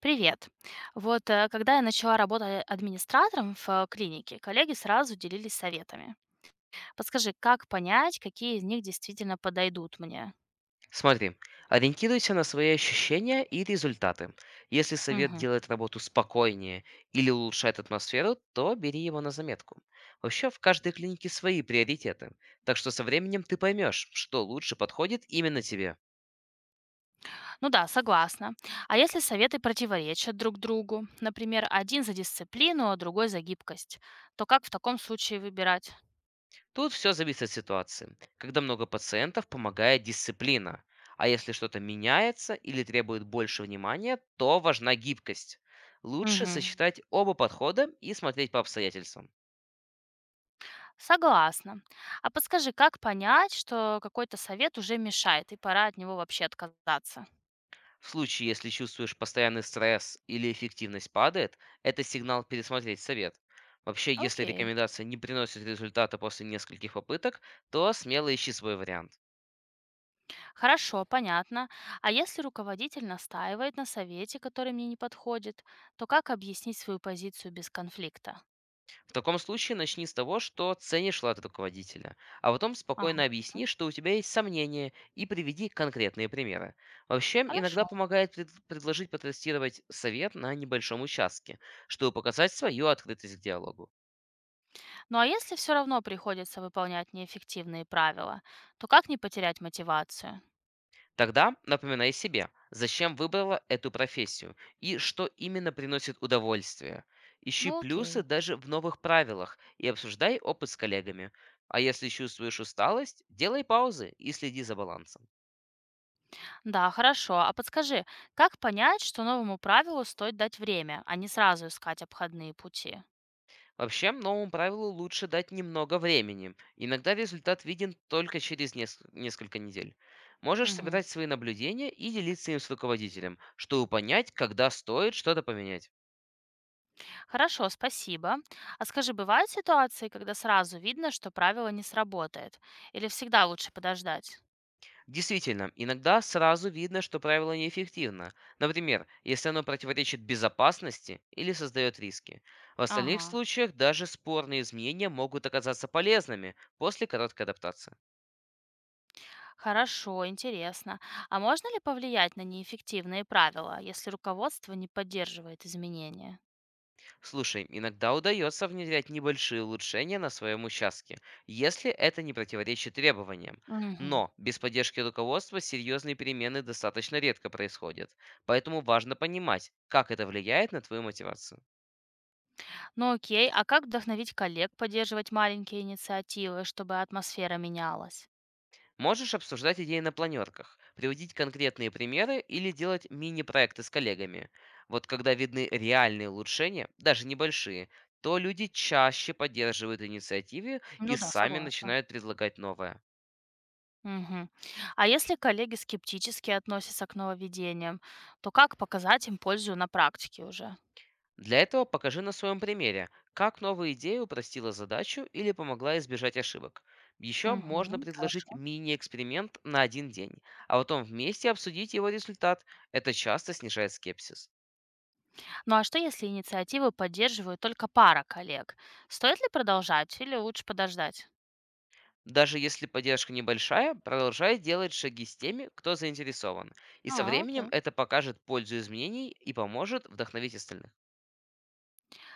Привет. Когда я начала работать администратором в клинике, коллеги сразу делились советами. Подскажи, как понять, какие из них действительно подойдут мне? Смотри, ориентируйся на свои ощущения и результаты. Если совет Мгм. делает работу спокойнее или улучшает атмосферу, то бери его на заметку. Вообще, в каждой клинике свои приоритеты, так что со временем ты поймешь, что лучше подходит именно тебе. Ну да, согласна. А если советы противоречат друг другу, например, один за дисциплину, а другой за гибкость, то как в таком случае выбирать? Тут все зависит от ситуации. Когда много пациентов, помогает дисциплина. А если что-то меняется или требует больше внимания, то важна гибкость. Лучше Мгм. сочетать оба подхода и смотреть по обстоятельствам. Согласна. А подскажи, как понять, что какой-то совет уже мешает и пора от него вообще отказаться? В случае, если чувствуешь постоянный стресс или эффективность падает, это сигнал пересмотреть совет. Вообще, если Окей. рекомендация не приносит результата после нескольких попыток, то смело ищи свой вариант. Хорошо, понятно. А если руководитель настаивает на совете, который мне не подходит, то как объяснить свою позицию без конфликта? В таком случае начни с того, что ценишь вклад руководителя, а потом спокойно Ага. объясни, что у тебя есть сомнения, и приведи конкретные примеры. Вообще, иногда Хорошо. помогает предложить потестировать совет на небольшом участке, чтобы показать свою открытость к диалогу. Ну а если все равно приходится выполнять неэффективные правила, то как не потерять мотивацию? Тогда напоминай себе, зачем выбрала эту профессию и что именно приносит удовольствие. Ищи Ну плюсы окей. даже в новых правилах и обсуждай опыт с коллегами. А если чувствуешь усталость, делай паузы и следи за балансом. Да, хорошо. А подскажи, как понять, что новому правилу стоит дать время, а не сразу искать обходные пути? Вообще, новому правилу лучше дать немного времени. Иногда результат виден только через несколько недель. Можешь Мгм. собирать свои наблюдения и делиться им с руководителем, чтобы понять, когда стоит что-то поменять. Хорошо, спасибо. А скажи, бывают ситуации, когда сразу видно, что правило не сработает? Или всегда лучше подождать? Действительно, иногда сразу видно, что правило неэффективно. Например, если оно противоречит безопасности или создает риски. В остальных Ага, случаях даже спорные изменения могут оказаться полезными после короткой адаптации. хорошо, интересно. А можно ли повлиять на неэффективные правила, если руководство не поддерживает изменения? Слушай, иногда удается внедрять небольшие улучшения на своем участке, если это не противоречит требованиям. Мгм. Но без поддержки руководства серьезные перемены достаточно редко происходят. Поэтому важно понимать, как это влияет на твою мотивацию. Ну окей, а как вдохновить коллег поддерживать маленькие инициативы, чтобы атмосфера менялась? Можешь обсуждать идеи на планерках, приводить конкретные примеры или делать мини-проекты с коллегами. Вот когда видны реальные улучшения, даже небольшие, то люди чаще поддерживают инициативы и Ну да, сами согласна. начинают предлагать новое. Мгм. А если коллеги скептически относятся к нововведениям, то как показать им пользу на практике уже? Для этого покажи на своем примере, как новая идея упростила задачу или помогла избежать ошибок. Еще можно Мгм. предложить Хорошо. мини-эксперимент на один день, а потом вместе обсудить его результат. Это часто снижает скепсис. Ну а что, если инициативу поддерживают только пара коллег? Стоит ли продолжать или лучше подождать? Даже если поддержка небольшая, продолжай делать шаги с теми, кто заинтересован. И со А, временем окей. это покажет пользу изменений и поможет вдохновить остальных.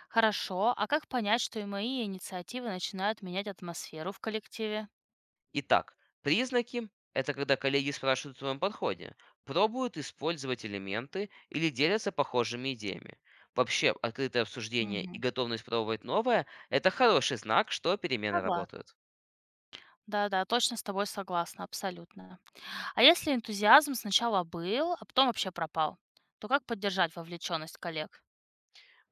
Хорошо. А как понять, что и мои инициативы начинают менять атмосферу в коллективе? Итак, признаки– это когда коллеги спрашивают о твоем подходе, пробуют использовать элементы или делятся похожими идеями. Вообще, открытое обсуждение и Мгм. готовность пробовать новое– это хороший знак, что перемены Согласна. работают. Да-да, точно с тобой согласна, абсолютно. А если энтузиазм сначала был, а потом вообще пропал, то как поддержать вовлеченность коллег?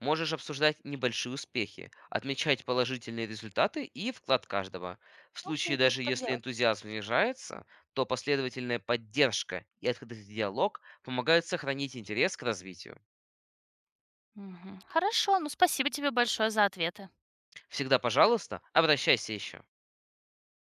Можешь обсуждать небольшие успехи, отмечать положительные результаты и вклад каждого. В случае Окей, буду даже так если делать. энтузиазм снижается, то последовательная поддержка и открытый диалог помогают сохранить интерес к развитию. Мгм. Хорошо, ну спасибо тебе большое за ответы. Всегда, пожалуйста, обращайся еще.